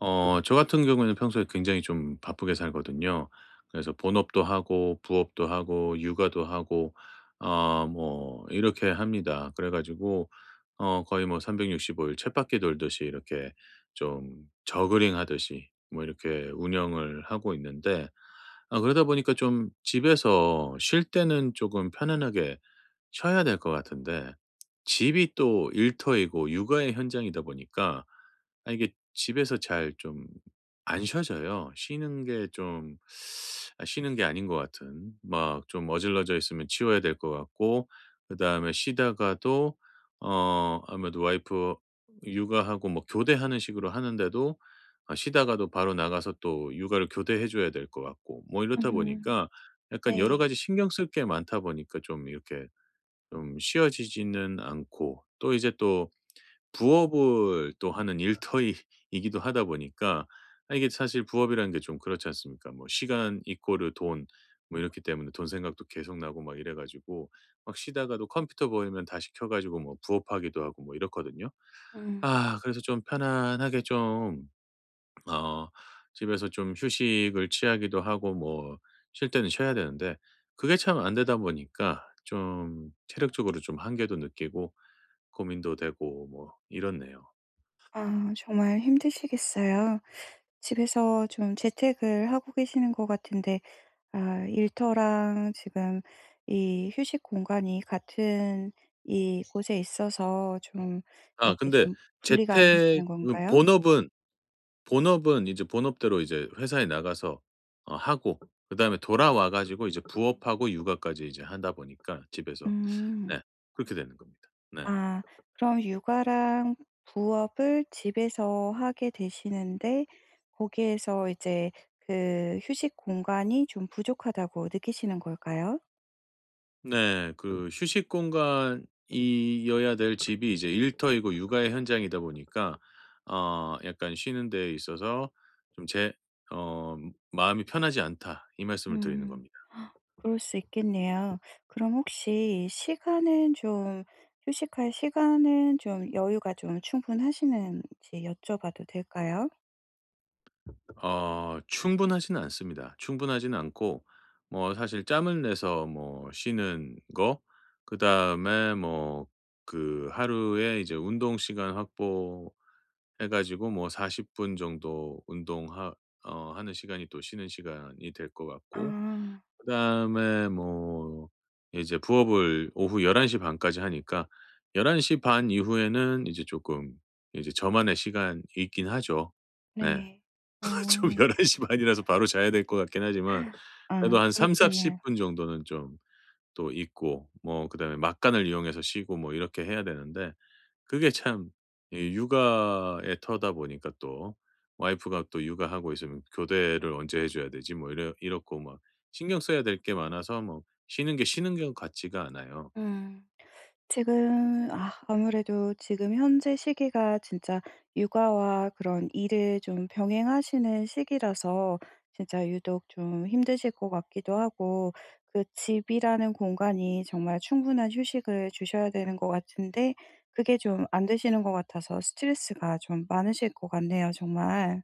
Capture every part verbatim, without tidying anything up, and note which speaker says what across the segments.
Speaker 1: 어 저 같은 경우에는 평소에 굉장히 좀 바쁘게 살거든요. 그래서 본업도 하고 부업도 하고 육아도 하고 어 뭐 이렇게 합니다. 그래 가지고 어 거의 뭐 삼백육십오 일 쳇바퀴 돌듯이 이렇게 좀 저그링 하듯이 뭐 이렇게 운영을 하고 있는데, 아 그러다 보니까 좀 집에서 쉴 때는 조금 편안하게 쉬어야 될 것 같은데, 집이 또 일터이고 육아의 현장이다 보니까 아 이게 집에서 잘 좀 안 쉬어져요. 쉬는 게 좀 아 쉬는 게 아닌 것 같은, 막 좀 어질러져 있으면 치워야 될 것 같고, 그다음에 쉬다가도 어 아무래도 와이프 육아하고 뭐 교대하는 식으로 하는데도 아 쉬다가도 바로 나가서 또 육아를 교대해 줘야 될 것 같고 뭐 이렇다
Speaker 2: 음.
Speaker 1: 보니까 약간 여러
Speaker 2: 네.
Speaker 1: 가지 신경 쓸 게 많다 보니까 좀 이렇게 좀 쉬어지지는 않고, 또 이제 또 부업을 또 하는 일터이기도 하다 보니까 아 이게 사실 부업이라는 게 좀 그렇지 않습니까? 뭐 시간 이꼬르 돈 뭐 이렇기 때문에 돈 생각도 계속 나고 막 이래 가지고, 막 쉬다가도 컴퓨터 보이면 다시 켜 가지고 뭐 부업하기도 하고 뭐 이렇거든요.
Speaker 2: 음.
Speaker 1: 아 그래서 좀 편안하게 좀 어 집에서 좀 휴식을 취하기도 하고, 뭐 쉴 때는 쉬어야 되는데 그게 참 안 되다 보니까 좀 체력적으로 좀 한계도 느끼고 고민도 되고 뭐 이렇네요.
Speaker 2: 아, 정말 힘드시겠어요. 집에서 좀 재택을 하고 계시는 것 같은데 아 일터랑 지금 이 휴식 공간이 같은 이곳에 있어서 좀
Speaker 1: 아
Speaker 2: 이렇게
Speaker 1: 근데
Speaker 2: 좀 분리가 안
Speaker 1: 재택
Speaker 2: 되시는
Speaker 1: 음,
Speaker 2: 건가요?
Speaker 1: 본업은 본업은 이제 본업대로 이제 회사에 나가서 어 하고, 그다음에 돌아와 가지고 이제 부업하고 육아까지 이제 하다 보니까 집에서
Speaker 2: 음.
Speaker 1: 네, 그렇게 되는 겁니다. 네.
Speaker 2: 아, 그럼 육아랑 부업을 집에서 하게 되시는데 거기에서 이제 그 휴식 공간이 좀 부족하다고 느끼시는 걸까요?
Speaker 1: 네. 그 휴식 공간이어야 될 집이 이제 일터이고 육아의 현장이다 보니까 어 약간 쉬는 데 있어서 좀 제 어 '마음이 편하지 않다.' 이 말씀을 드리는
Speaker 2: 음.
Speaker 1: 겁니다.
Speaker 2: 그럴 수 있겠네요. 그럼 혹시 시간은 좀, 휴식할 시간은 좀 여유가 좀 충분하시는지 여쭤봐도 될까요?
Speaker 1: 어 충분하진 않습니다. 충분하진 않고, 뭐 사실 짬을 내서 뭐 쉬는 거 그다음에 뭐 그 하루에 이제 운동 시간 확보해 가지고 뭐 사십 분 정도 운동하 어 하는 시간이 또 쉬는 시간이 될 것 같고,
Speaker 2: 아.
Speaker 1: 그다음에 뭐 이제 부업을 오후 열한 시 반 까지 하니까 열한 시 반 이후에는 이제 조금 이제 저만의 시간이 있긴 하죠. 네.
Speaker 2: 네.
Speaker 1: 좀
Speaker 2: 음.
Speaker 1: 열한 시 반이라서 바로 자야 될 것 같긴 하지만 그래도
Speaker 2: 아,
Speaker 1: 한삼십 사십 0
Speaker 2: 그렇겠네요.
Speaker 1: 분 정도는 좀 또 있고, 뭐 그다음에 막간을 이용해서 쉬고 뭐 이렇게 해야 되는데 그게 참, 이 육아의 터다 보니까 또 와이프가 또 육아하고 있으면 교대를 언제 해 줘야 되지 뭐 이래 이렇고 막 신경 써야 될 게 많아서 뭐 쉬는 게 쉬는 것 같지가 않아요.
Speaker 2: 음. 지금 아, 아무래도 지금 현재 시기가 진짜 육아와 그런 일을 좀 병행하시는 시기라서 진짜 유독 좀 힘드실 것 같기도 하고, 그 집이라는 공간이 정말 충분한 휴식을 주셔야 되는 것 같은데 그게 좀 안 되시는 것 같아서 스트레스가 좀 많으실 것 같네요 정말.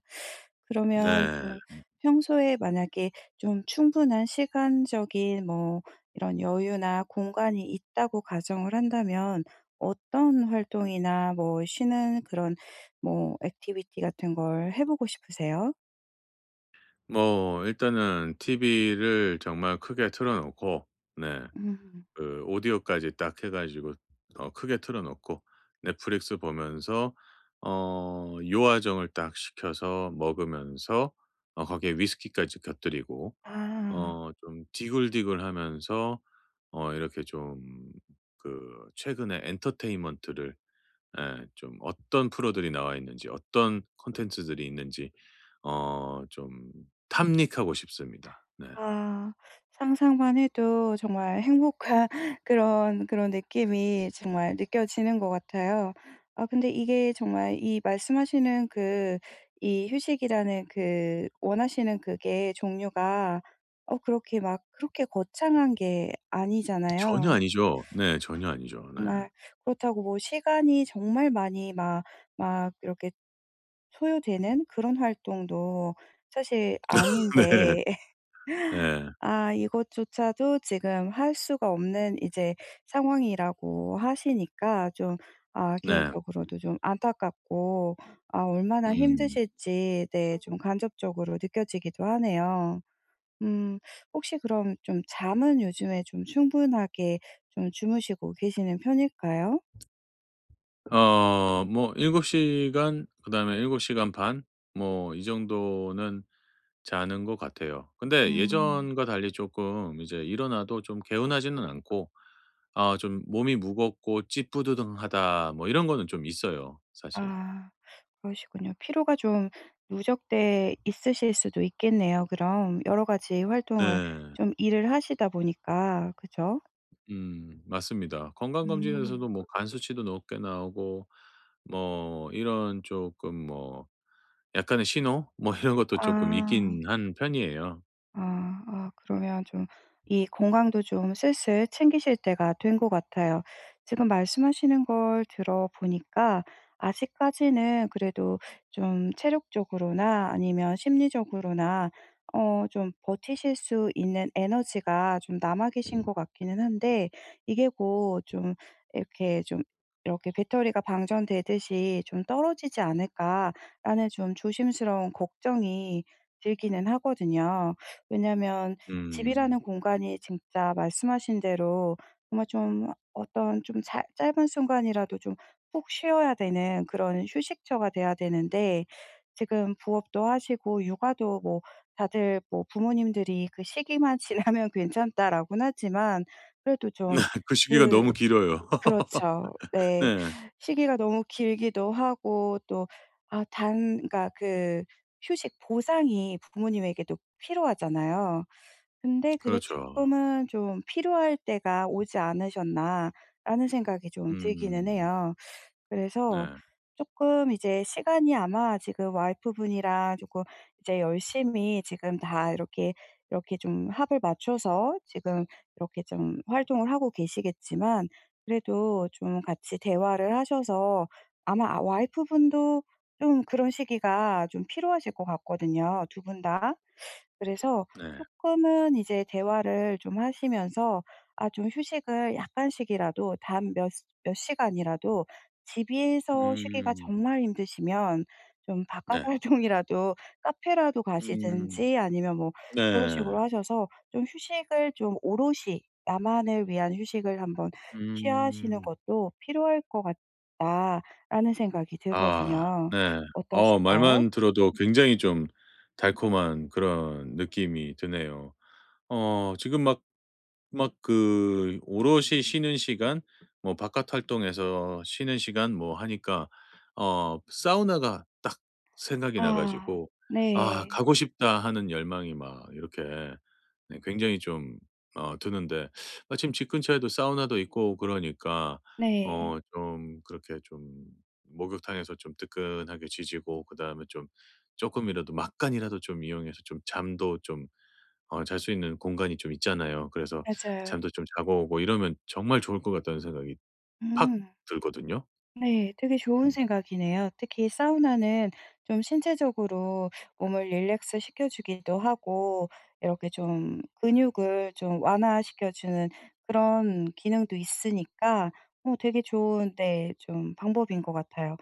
Speaker 2: 그러면
Speaker 1: 네.
Speaker 2: 좀, 평소에 만약에 좀 충분한 시간적인 뭐 이런 여유나 공간이 있다고 가정을 한다면 어떤 활동이나 뭐 쉬는 그런 뭐 액티비티 같은 걸 해 보고 싶으세요?
Speaker 1: 뭐 일단은 티비를 정말 크게 틀어 놓고, 네,
Speaker 2: 음.
Speaker 1: 그 오디오까지 딱 해 가지고 어 크게 틀어 놓고 넷플릭스 보면서 어 요아정을 딱 시켜서 먹으면서 어 거기에 위스키까지 곁들이고
Speaker 2: 아.
Speaker 1: 어 좀 디굴디굴하면서 어 이렇게 좀, 그 최근에 엔터테인먼트를, 예, 좀 어떤 프로들이 나와 있는지 어떤 콘텐츠들이 있는지 어 좀 탐닉하고 싶습니다. 네.
Speaker 2: 아. 상상만 해도 정말 행복한 그런, 그런 느낌이 정말 느껴지는 것 같아요. 아 근데 이게 정말 이 말씀하시는 그 이 휴식이라는 그 원하시는 그게 종류가 어, 그렇게 막 그렇게 거창한 게
Speaker 1: 전혀
Speaker 2: 아니잖아요.
Speaker 1: 아니죠. 네. 전혀 아니죠. 네.
Speaker 2: 정말 그렇다고 뭐 시간이 정말 많이 막 막 이렇게 소요되는 그런 활동도 사실
Speaker 1: 네.
Speaker 2: 아닌데
Speaker 1: 네.
Speaker 2: 아 이것조차도 지금 할 수가 없는 이제 상황이라고 하시니까 좀 아
Speaker 1: 네.
Speaker 2: 개인적으로도 좀 안타깝고 아 얼마나
Speaker 1: 음.
Speaker 2: 힘드실지 네 좀 간접적으로 느껴지기도 하네요. 음, 혹시 그럼 좀 잠은 요즘에 좀 충분하게 좀 주무시고 계시는 편일까요?
Speaker 1: 어 뭐 일곱 시간, 그다음에 일곱 시간 반 뭐 이 정도는 자는 것 같아요. 근데
Speaker 2: 음.
Speaker 1: 예전과 달리 조금 이제 일어나도 좀 개운하지는 않고, 아 좀 몸이 무겁고 찌뿌드둥하다 뭐 이런 거는 좀 있어요, 사실.
Speaker 2: 아. 그러시군요. 피로가 좀 누적돼 있으실 수도 있겠네요 그럼. 여러 가지 활동을
Speaker 1: 네.
Speaker 2: 좀 일을 하시다 보니까. 그죠?
Speaker 1: 음 맞습니다.
Speaker 2: 음.
Speaker 1: 건강검진에서도 뭐 간 수치도 높게 나오고 뭐 이런 조금 뭐 약간의 신호 뭐 이런 것도 조금
Speaker 2: 아.
Speaker 1: 있긴 한 편이에요.
Speaker 2: 아. 아 그러면 좀 이 건강도 좀 슬슬 챙기실 때가 된 것 같아요. 지금 말씀하시는 걸 들어 보니까 아직까지는 그래도 좀 체력적으로나 아니면 심리적으로나 어 좀 버티실 수 있는 에너지가 좀 남아 계신 것 같기는 한데 이게 곧 좀 이렇게 좀 이렇게 '배터리가 방전되듯이 좀 떨어지지 않을까.'라는 좀 조심스러운 걱정이 들기는 하거든요. 왜냐면
Speaker 1: 음.
Speaker 2: 집이라는 공간이 진짜 말씀하신 대로 정말 좀 어떤 좀 자- 짧은 순간이라도 좀 푹 쉬어야 되는 그런 휴식처가 돼야 되는데 지금 부업도 하시고 육아도 뭐 다들 뭐 부모님들이 "그 시기만 지나면 괜찮다."라고는 하지만 그래도 좀,
Speaker 1: 그 시기가
Speaker 2: 그
Speaker 1: 너무 길어요.
Speaker 2: 그렇죠. 네.
Speaker 1: 네.
Speaker 2: 시기가 너무 길기도 하고 또 아 단 그러니까 그 휴식 보상이 부모님에게도 필요하잖아요. 근데 그게 조
Speaker 1: 그렇죠.
Speaker 2: 금은 좀 '필요할 때가 오지 않으셨나.'라는 생각이 좀 들기는
Speaker 1: 음.
Speaker 2: 해요. 그래서
Speaker 1: 네.
Speaker 2: 조금 이제 시간이 아마 지금 와이프분이랑 조금 이제 열심히 지금 다 이렇게, 이렇게 좀 합을 맞춰서 지금 이렇게 좀 활동을 하고 계시겠지만 그래도 좀 같이 대화를 하셔서 아마 아 와이프분도 좀 그런 시기가 좀 필요하실 것 같거든요, 두 분 다. 그래서
Speaker 1: 네.
Speaker 2: 조금은 이제 대화를 좀 하시면서 아 좀 휴식을 약간씩이라도 단 몇 시 몇 시간이라도 집에서 쉬기가
Speaker 1: 음.
Speaker 2: 정말 힘드시면 좀 바깥
Speaker 1: 네.
Speaker 2: 활동이라도 카페라도
Speaker 1: 음.
Speaker 2: 가시든지 아니면 뭐 그런
Speaker 1: 네.
Speaker 2: 식으로 하셔서 좀 휴식을 좀 오롯이 나만을 위한 휴식을 한번 취하시는
Speaker 1: 음.
Speaker 2: 것도 필요할 것 같다.'라는 생각이
Speaker 1: 아,
Speaker 2: 들거든요.
Speaker 1: 네. 어
Speaker 2: 어떠실까요?
Speaker 1: 말만 들어도 굉장히 좀 달콤한 그런 느낌이 드네요. 어 지금 막 막 그 오롯이 쉬는 시간, 뭐 바깥 활동에서 쉬는 시간 뭐 하니까 어 사우나가 딱 생각이 나
Speaker 2: 아.
Speaker 1: 가지고 '아,
Speaker 2: 네.
Speaker 1: 가고 싶다.' 하는 열망이 막 이렇게 네 굉장히 좀 어 드는데, 마침 집 근처에도 사우나도 있고 그러니까
Speaker 2: 네.
Speaker 1: 어 좀 그렇게 좀 목욕탕에서 좀 뜨끈하게 지지고, 그다음에 좀 조금이라도 막간이라도 좀 이용해서 좀 잠도 좀 어 잘 수 있는 공간이 좀 있잖아요. 그래서
Speaker 2: 맞아요.
Speaker 1: 잠도 좀 자고 오고 이러면 정말 좋을 것 같다는 생각이 팍
Speaker 2: 음.
Speaker 1: 들거든요.
Speaker 2: 네. 되게 좋은
Speaker 1: 음.
Speaker 2: 생각이네요. 특히 사우나는 좀 신체적으로 몸을 릴렉스 시켜주기도 하고 이렇게 좀 근육을 좀 완화시켜 주는 그런 기능도 있으니까 어 되게 좋은 데 좀 방법인 것 같아요.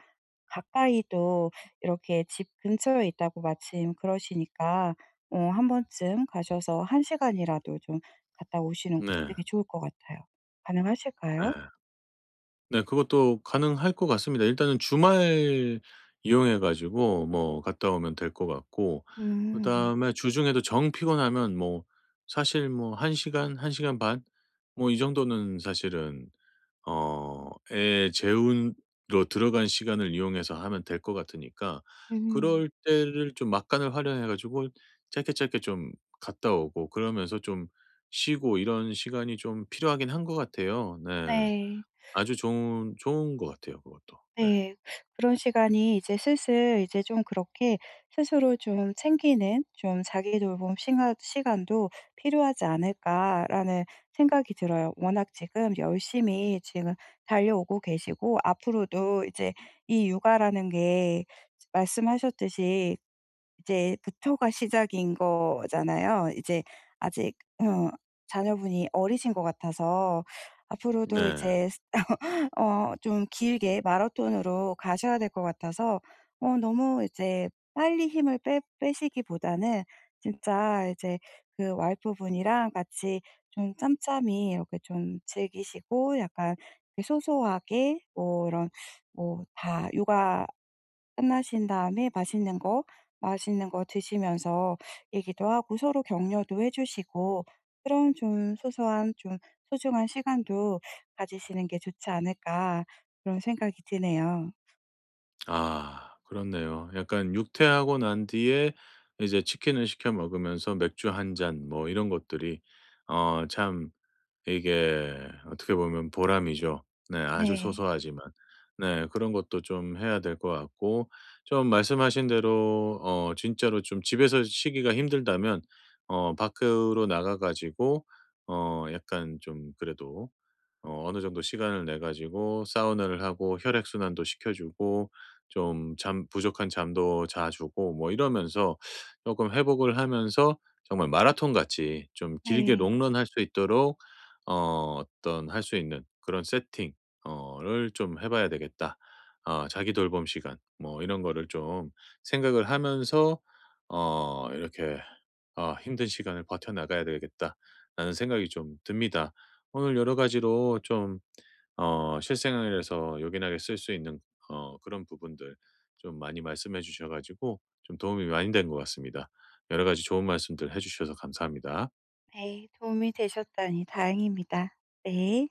Speaker 2: 가까이도 이렇게 집 근처에 있다고 마침 그러시니까 어 한 번쯤 가셔서 한 시간이라도 좀 갔다 오시는 거
Speaker 1: 네.
Speaker 2: 되게 좋을 것 같아요.
Speaker 1: 네.
Speaker 2: 가능하실까요?
Speaker 1: 네, 그것도 가능할 것 같습니다. 일단은 주말 이용해 가지고 뭐 갔다 오면 될 것 같고,
Speaker 2: 음.
Speaker 1: 그다음에 주중에도 정 피곤하면 뭐 사실 뭐 한 시간, 한 시간 반 뭐 이 정도는 사실은 어 애 재운으로 들어간 시간을 이용해서 하면 될 것 같으니까
Speaker 2: 음.
Speaker 1: 그럴 때를 좀 막간을 활용해 가지고 짧게 짧게 좀 갔다 오고 그러면서 좀 쉬고, 이런 시간이 좀 필요하긴 한 것 같아요. 네.
Speaker 2: 네.
Speaker 1: 아주 좋은 좋은 것 같아요, 그것도. 네.
Speaker 2: 네. 그런 시간이 이제 슬슬 이제 좀 그렇게 스스로 좀 챙기는 좀 자기 돌봄 시가- 시간도 필요하지 않을까라는 생각이 들어요. 워낙 지금 열심히 지금 달려오고 계시고 앞으로도 이제 이 육아라는 게 말씀하셨듯이 이제 부터가 시작인 거잖아요. 이제 아직 어 자녀분이 어리신 것 같아서 앞으로도
Speaker 1: 네. 네.
Speaker 2: 이제 어 좀 길게 마라톤으로 가셔야 될 것 같아서 어 너무 이제 빨리 힘을 빼 빼시기보다는 진짜 이제 그 와이프분이랑 같이 좀 짬짬이 이렇게 좀 즐기시고 약간 이렇게 소소하게 뭐 이런 뭐 다 육아 끝나신 다음에 맛있는 거 맛있는 거 드시면서 얘기도 하고 서로 격려도 해 주시고 그런 좀 소소한 좀 소중한 시간도 가지시는 게 좋지 않을까 그런 생각이 드네요.
Speaker 1: 아 그렇네요. 약간 육퇴하고 난 뒤에 이제 치킨을 시켜 먹으면서 맥주 한 잔 뭐 이런 것들이, 어참 이게 어떻게 보면 보람이죠. 네 아주
Speaker 2: 네.
Speaker 1: 소소하지만. 네 그런 것도 좀 해야 될 것 같고, 좀 말씀하신 대로 어 진짜로 좀 집에서 쉬기가 힘들다면 어 밖으로 나가 가지고 어 약간 좀 그래도 어 어느 정도 시간을 내 가지고 사우나를 하고 혈액 순환도 시켜 주고 좀 잠 부족한 잠도 자 주고 뭐 이러면서 조금 회복을 하면서 정말 마라톤 같이 좀 길게
Speaker 2: 네.
Speaker 1: 롱런 할 수 있도록 어 어떤 할 수 있는 그런 세팅 어를 좀 해 봐야 되겠다. 어 자기 돌봄 시간 뭐 이런 거를 좀 생각을 하면서 어 이렇게 '아, 힘든 시간을 버텨나가야 되겠다.'라는 생각이 좀 듭니다. 오늘 여러 가지로 좀 어 실생활에서 요긴하게 쓸 수 있는 어 그런 부분들 좀 많이 말씀해 주셔 가지고 좀 도움이 많이 된 것 같습니다. 여러 가지 좋은 말씀들 해 주셔서 감사합니다.
Speaker 2: 네. 도움이 되셨다니 다행입니다. 네.